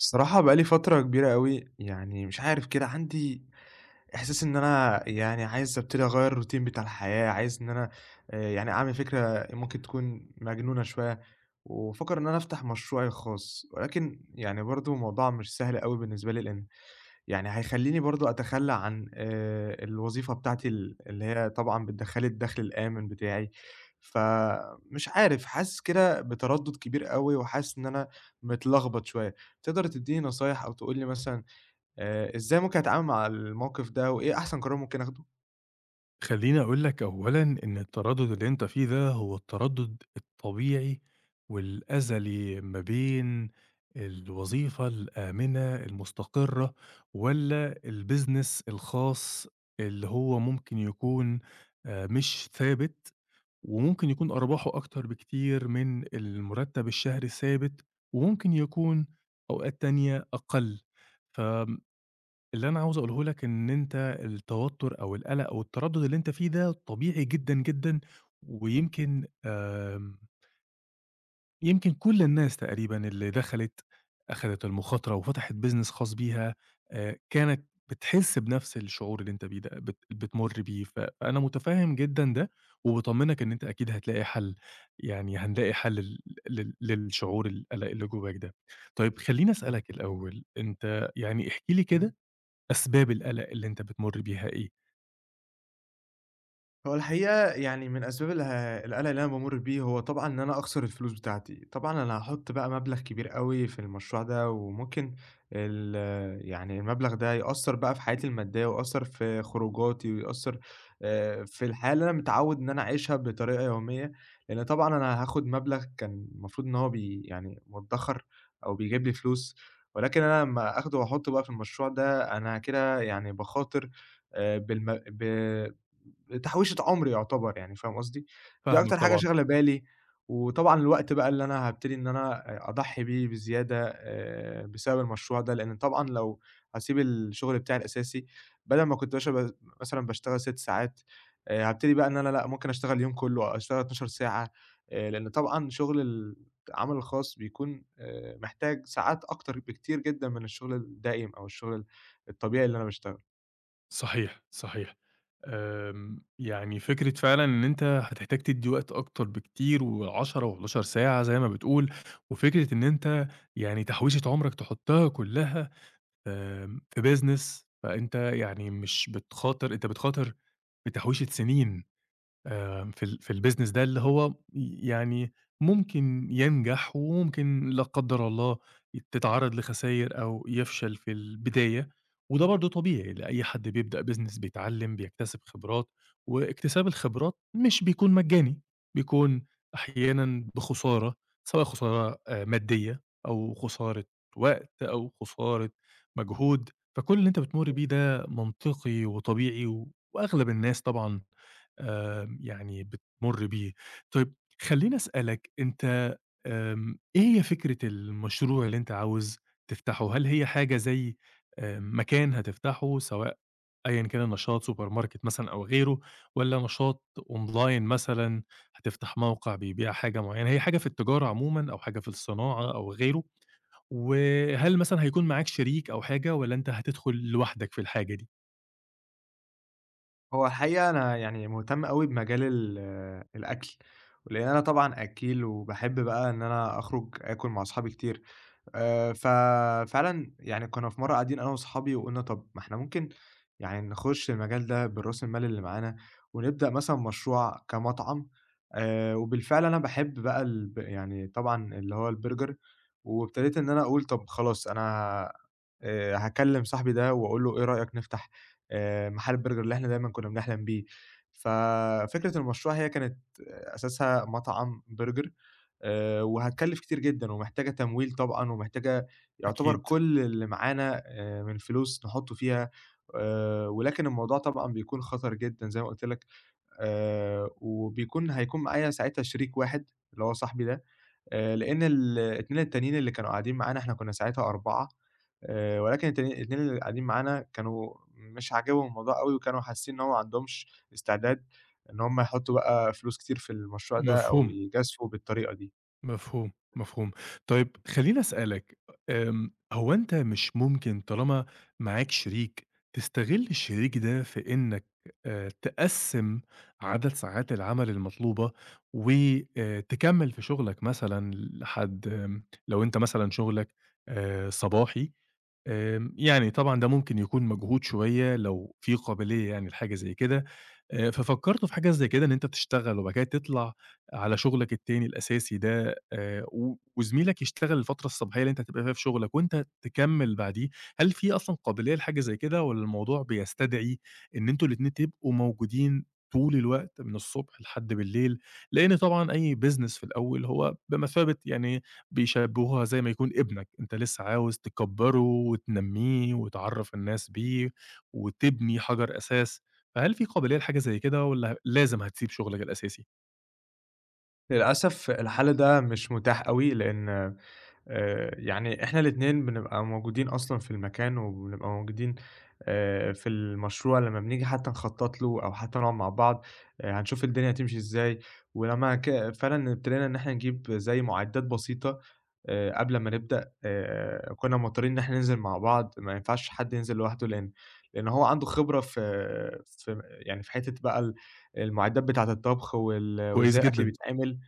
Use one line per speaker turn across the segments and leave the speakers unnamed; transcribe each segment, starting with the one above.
الصراحة بقى لي فترة كبيرة أوي، يعني مش عارف كده عندي إحساس إن أنا يعني عايز أبتدي أغيّر الroutine بتاع الحياة، عايز إن أنا يعني أعمل فكرة ممكن تكون مجنونة شوية، وبافكّر إن أنا أفتح مشروعي الخاص، ولكن يعني برضه الموضوع مش سهل أوي بالنسبة لي، لإن يعني هيخلّيني برضه أتخلّى عن الوظيفة بتاعتي اللي هي طبعًا بتدخّل لي الدخل الآمن بتاعي، فمش عارف، حاسس كده بتردُّد كبير أوي وحاسس إن أنا متلخبط شوية. تقدر تدّيني نصايح أو تقول لي مثلًا إزاي ممكن أتعامل مع الموقف ده وإيه أحسن قرار ممكن آخده؟
خلّيني أقول لك أولًا إن التردُّد اللي أنت فيه ده هو التردُّد الطبيعي والأزلي ما بين الوظيفة الآمنة المستقرة والّا الbusiness الخاص اللي هو ممكن يكون مش ثابت، وممكن يكون أرباحه أكتر بكتير من المُرتَّب الشهري الثابت، وممكن يكون أوقات تانية أقل. ف اللي أنا عاوز أقوله لك إن أنت التوتر أو القلق أو التردد اللي أنت فيه ده طبيعي جدًا، جدًا، ويمكن يمكن كل الناس تقريبًا اللي دخلت أخدت المخاطرة وفتحت business خاص بيها كانت بتحس بنفس الشعور اللي أنت بيه ده بتمُر بيه، فأنا متفهم جدًا ده، وباطمنك إن أنت أكيد هتلاقي حل، يعني هنلاقي حل لل لل للشعور القلق اللي جواك ده. طيب خلّيني أسألك الأول، أنت يعني احكِ لي
إمم.
كده أسباب القلق اللي أنت بتمُر بيها إيه؟
هو الحقيقة يعني من أسباب القلق اللي أنا بامُر بيه هو طبعًا إن أنا أخسر الفلوس بتاعتي. طبعًا أنا هاحُط بقى مبلغ كبير أوي في المشروع ده، وممكن ال يعني المبلغ ده يأثّر بقى في حياتي المادية، ويأثّر في خروجاتي، ويأثّر في الحياة اللي أنا متعوّد إن أنا أعيشها بطريقة يومية، لإن طبعًا أنا هاخد مبلغ كان المفروض إن هو يعني مُدّخر أو بيجيب لي فلوس، ولكن أنا لمّا آخده وأحُطّه بقى في المشروع ده أنا كده يعني باخاطر بالم ب تحويشة عمر يعتبر، يعني فاهم قصدي؟ دي
فاهمك
أكتر حاجة
طبعًا.
شاغلة بالي، وطبعًا الوقت بقى اللي أنا هابتدي إن أنا أضحي بيه بزيادة بسبب المشروع ده، لإن طبعًا لو هاسيب الشغل بتاعي الأساسي بدل ما كنت مثلًا باشتغل 6 ساعات هابتدي بقى إن أنا لأ، ممكن أشتغل اليوم كله، أشتغل 12 ساعة لإن طبعًا العمل الخاص بيكون محتاج ساعات أكتر بكتير جدًا من الشغل الدائم أو الشغل الطبيعي اللي أنا باشتغله.
صحيح، صحيح. يعني فكرة فعلًا إن أنت هتحتاج تدّي وقت أكتر بكتير، و10 و11 ساعة زي ما بتقول، وفكرة إن أنت يعني تحويشة عُمرك تحطّها كلّها في business، فأنت يعني مش بتخاطر، أنت بتخاطر بتحويشة سنين. في الbusiness ده اللي هو يعني ممكن ينجح وممكن لا قدّر الله تتعرّض لخساير أو يفشل في البداية، وده برضه طبيعي لأي حد بيبدأ business، بيتعلّم، بيكتسب خبرات، واكتساب الخبرات مش بيكون مجاني، بيكون أحيانًا بخسارة، سواء خسارة مادية أو خسارة وقت أو خسارة مجهود، فكل اللي أنت بتمُر بيه ده منطقي وطبيعي، وأغلب الناس طبعًا يعني بتمُر بيه. طيب خلّيني أسألك أنت إيه هي فكرة المشروع اللي أنت عاوز تفتحه؟ هل هي حاجة زي مكان هتفتحه، سواء أيًا كان النشاط سوبر ماركت مثلًا أو غيره، والّا نشاط أونلاين مثلًا، هتفتح موقع بيبيع حاجة معيّنة، هي حاجة في التجارة عمومًا أو حاجة في الصناعة أو غيره؟ وهل مثلًا هيكون معاك شريك أو حاجة، والّا أنت هتدخل لوحدك في الحاجة دي؟
هو الحقيقة أنا يعني مهتم أوي بمجال ال آه، الأكل، ولإن أنا طبعًا أكّيل وباحب بقى إن أنا أخرج آكل مع أصحابي كتير. ففعلًا يعني كنا في مرّة قاعدين أنا وأصحابي وقُلنا طَب ما إحنا ممكن يعني نخُش المجال ده بالراس المال اللي معانا، ونبدأ مثلًا مشروع كمطعم. وبالفعل أنا باحب بقى يعني طبعًا اللي هو البرجر، وابتديت إن أنا أقول طَب خلاص أنا هاكلّم صاحبي ده وأقول له إيه رأيك نفتح محل البرجر اللي إحنا دايمًا كنا بنحلم بيه. ففكرة المشروع هي كانت أساسها مطعم برجر وهتكلّف كتير جدًا ومحتاجة تمويل طبعًا، ومحتاجة يعتبر
أكيد.
كل اللي معانا من فلوس نحطّه فيها ولكن الموضوع طبعًا بيكون خطر جدًا زي ما قُلت لك. هيكون معايا ساعتها شريك واحد اللي هو صاحبي ده، لإن الاتنين التانيين اللي كانوا قاعدين معانا، إحنا كنا ساعتها 4. ولكن التانيين الاتنين اللي قاعدين معانا كانوا مش عاجبهم الموضوع أوي، وكانوا حاسين إن هو ما عندهمش استعداد إن هم يحطّوا بقى فلوس كتير في المشروع ده أو
مفهوم.
يجازفوا بالطريقة دي.
مفهوم، مفهوم. طيب خلّيني أسألك، هو أنت مش ممكن طالما معاك شريك، تستغل الشريك ده في إنّك تقسّم عدد ساعات العمل المطلوبة، و تكمّل في شغلك مثلًا لحد لو أنت مثلًا شغلك صباحي؟ يعني طبعًا ده ممكن يكون مجهود شوية لو في قابلية يعني لحاجة زي كده. ففكّرت في حاجة زي كده إن أنت تشتغل وبعد كده تطلع على شغلك التاني الأساسي ده، و وزميلك يشتغل الفترة الصباحية اللي أنت هتبقى فيها في شغلك وأنت تكمّل بعديه. هل في أصلًا قابلية لحاجة زي كده والّا الموضوع بيستدعي إن أنتم الاتنين تبقوا موجودين طول الوقت من الصبح لحد بالليل؟ لإن طبعًا أي business في الأول هو بمثابة يعني بيشبّهوها زي ما يكون ابنك، أنت لسه عاوز تكبّره وتنمّيه وتعرّف الناس بيه وتبني حجر أساس، فهل في قابلية لحاجة زي كده والّا لازم هتسيب شغلك الأساسي؟
للأسف الحل ده مش متاح أوي، لإن يعني إحنا الاتنين بنبقى موجودين أصلًا في المكان، وبنبقى موجودين في المشروع لمّا بنيجي حتى نخطّط له أو حتى نقعد مع بعض. هنشوف الدنيا هتمشي إزاي، ولمّا فعلًا ابتدينا إن إحنا نجيب زي مُعدّات بسيطة قبل ما نبدأ، كُنّا مضطرين إن إحنا ننزل مع بعض، ما ينفعش حد ينزل لوحده، لإن هو عنده خبرة في يعني في حتّة بقى المُعدّات بتاعة الطبخ
كويس
وإزاي الأكل
جدًا.
بيتعمل.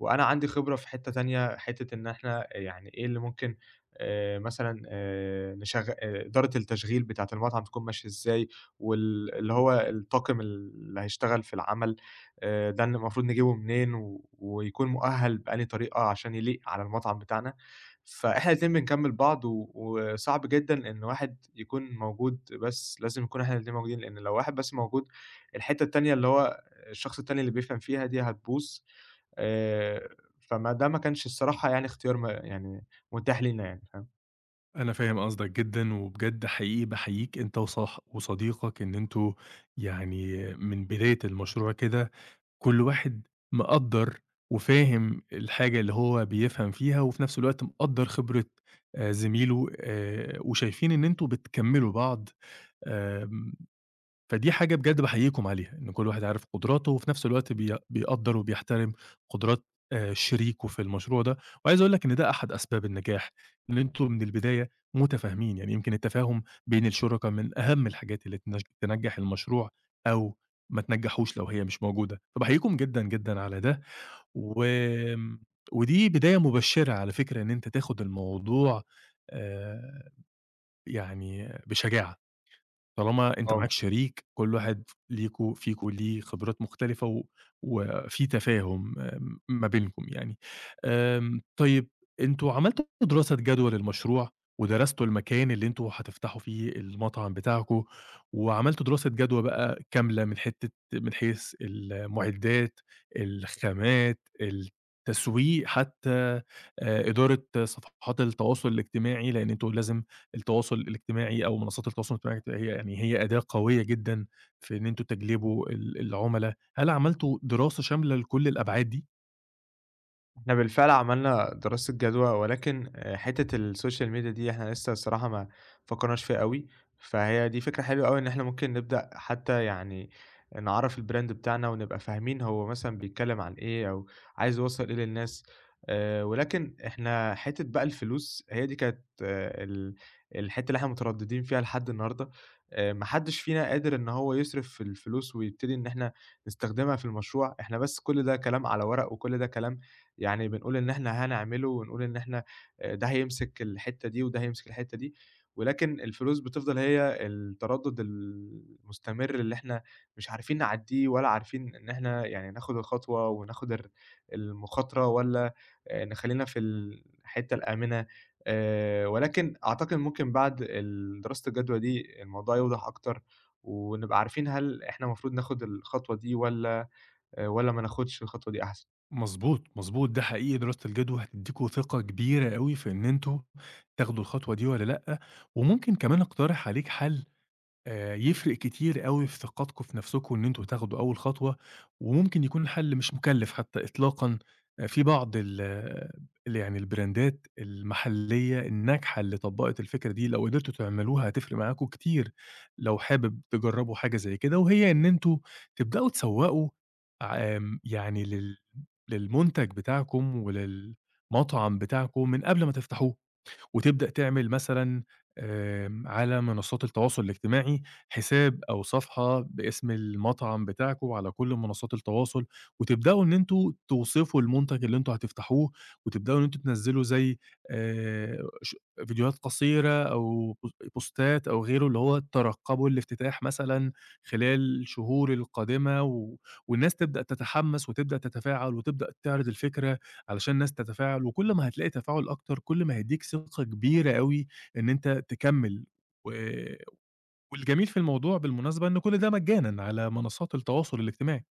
وأنا عندي خبرة في حتّة تانية، حتّة إن إحنا يعني إيه اللي ممكن مثلًا نشغ إدارة التشغيل بتاعة المطعم تكون ماشية إزاي، وال اللي هو الطاقم اللي هيشتغل في العمل ده إن المفروض نجيبه منين، ويكون مؤهَّل بأنهي طريقة عشان يليق على المطعم بتاعنا. فإحنا الاتنين بنكمّل بعض، وصعب جدًا إن واحد يكون موجود بس، لازم نكون إحنا الاتنين موجودين، لإن لو واحد بس موجود، الحتّة التانية اللي هو الشخص التاني اللي بيفهم فيها دي هتبوظ. آآ، فما ده ما كانش الصراحة يعني اختيار يعني متاح لينا، يعني فاهم؟
أنا فاهم قصدك جدًا، وبجد حقيقي باحييك أنت وصديقك إن أنتم يعني من بداية المشروع كده كل واحد مقدّر وفاهم الحاجة اللي هو بيفهم فيها، وفي نفس الوقت مقدّر خبرة زميله، وشايفين إن أنتم بتكمّلوا بعض. آمم، فدي حاجة بجد باحييكم عليها، إن كل واحد عارف قدراته وفي نفس الوقت بيقدّر وبيحترم قدرات شريكه في المشروع ده، وعايز أقول لك إن ده أحد أسباب النجاح، إن أنتم من البداية متفاهمين، يعني يمكن التفاهم بين الشركا من أهم الحاجات اللي تنجّح المشروع أو ما تنجّحوش لو هي مش موجودة، فباحييكم جدًا، جدًا على ده. وآمم، ودي بداية مبشرة على فكرة إن أنت تاخد الموضوع آآ يعني بشجاعة. طالما أنت
آه.
معاك شريك، كل واحد ليكم فيكم ليه خبرات مختلفة، وفي تفاهم ما بينكم يعني. طيب، أنتم عملتوا دراسة جدوى للمشروع، ودرستوا المكان اللي أنتم هتفتحوا فيه المطعم بتاعكم، وعملتوا دراسة جدوى بقى كاملة، من حيث المعدات، الخامات، التسويق حتى، إدارة صفحات التواصل الاجتماعي، لإن أنتم لازم التواصل الاجتماعي أو منصات التواصل الاجتماعي بتبقى هي يعني هي أداة قوية جدًا في إن أنتم تجلبوا العُملا، هل عملتوا دراسة شاملة لكل الأبعاد دي؟
إحنا بالفعل عملنا دراسة جدوى، ولكن حتّة السوشيال ميديا دي إحنا لسه الصراحة ما فكرناش فيها أوي، فهي دي فكرة حلوة أوي إن إحنا ممكن نبدأ حتى يعني نعرّف الbrand بتاعنا ونبقى فاهمين هو مثلًا بيتكلّم عن إيه أو عايز يوصّل إيه للناس. ولكن إحنا حتّة بقى الفلوس هي دي كانت آه، ال الحتّة اللي إحنا متردّدين فيها لحد النهارده. ما حدّش فينا قادر إن هو يصرف في الفلوس ويبتدي إن إحنا نستخدمها في المشروع، إحنا بس كل ده كلام على ورق، وكل ده كلام يعني بنقول إن إحنا هنعمله، ونقول إن إحنا ده هيمسك الحتّة دي وده هيمسك الحتّة دي، ولكن الفلوس بتفضل هي التردُّد المستمر اللي إحنا مش عارفين نعدّيه ولا عارفين إن إحنا يعني ناخُد الخطوة، وناخُد المخاطرة، والّا نخلّينا في الحتّة الآمنة. ولكن أعتقد ممكن بعد دراسة الجدوى دي الموضوع يوضح أكتر، ونبقى عارفين هل إحنا المفروض ناخُد الخطوة دي، والّا ما ناخُدش الخطوة دي أحسن.
مضبوط، مضبوط. ده حقيقي دراسة الجدوى هتدّيكم ثقة كبيرة أوي في إن أنتم تاخدوا الخطوة دي والّا لأ. وممكن كمان أقترح عليك حل يفرق كتير أوي في ثقتكم في نفسكم إن أنتم تاخدوا أول خطوة، وممكن يكون الحل مش مكلّف حتى إطلاقًا. في بعض ال آه، ال يعني البراندات المحلية الناجحة اللي طبّقت الفكرة دي، لو قدرتوا تعملوها هتفرق معاكم كتير، لو حابب تجرّبوا حاجة زي كده، وهي إن أنتم تبدأوا تسوّقوا يعني للمنتج بتاعكم وللمطعم بتاعكم من قبل ما تفتحوه. وتبدأ تعمل مثلًا على منصات التواصل الاجتماعي حساب أو صفحة باسم المطعم بتاعكم على كل منصات التواصل، وتبدأوا إن أنتم توصفوا المنتج اللي أنتم هتفتحوه، وتبدأوا إن أنتم تنزّلوا زي ش فيديوهات قصيرة أو بوستات أو غيره، اللي هو ترقبوا الافتتاح مثلًا خلال الشهور القادمة، والناس تبدأ تتحمس وتبدأ تتفاعل وتبدأ تعرض الفكرة علشان الناس تتفاعل، وكل ما هتلاقي تفاعل أكتر، كل ما هيدّيك ثقة كبيرة أوي إن أنت تكمّل، و والجميل في الموضوع بالمناسبة إن كل ده مجانًا على منصات التواصل الاجتماعي.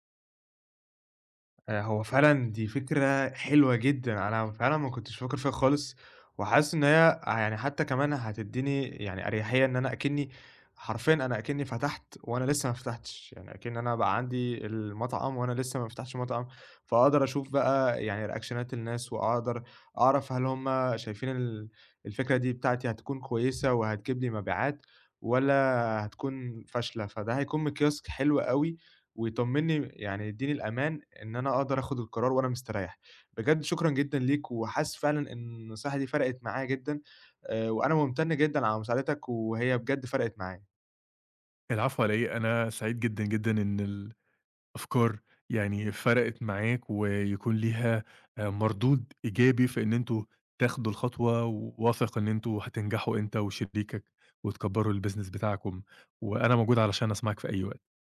هو فعلًا دي فكرة حلوة جدًا، أنا فعلًا ما كنتش فاكر فيها خالص، وحاسس إن هي يعني حتى كمان هتدّيني يعني أريحية، إن أنا أكني حرفيًا، أنا أكني فتحت وأنا لسه ما فتحتش، يعني أكن أنا بقى عندي المطعم وأنا لسه ما فتحتش مطعم، فاقدر أشوف بقى يعني ريأكشنات الناس، وأقدر أعرف هل هُم شايفين الفكرة دي بتاعتي هتكون كويسة وهتجيب لي مبيعات، والّا هتكون فاشلة. فده هيكون مقياس حلو أوي ويطمّني، يعني يدّيني الأمان إن أنا أقدر آخُد القرار وأنا مستريّح. بجد شكرًا جدًا ليك، وحاسس فعلًا إن النصيحة دي فرقِت معايا جدًا. وأنا مُمتَن جدًا على مساعدتك، وهي بجد فرقِت معايا.
العفو على إيه، أنا سعيد جدًا، جدًا إن الأفكار يعني فرقت معاك ويكون ليها مردود إيجابي في إن أنتم تاخدوا الخطوة، وواثق إن أنتم هتنجحوا أنت وشريكك وتكبّروا الbusiness بتاعكم، وأنا موجود علشان أسمعك في أي وقت.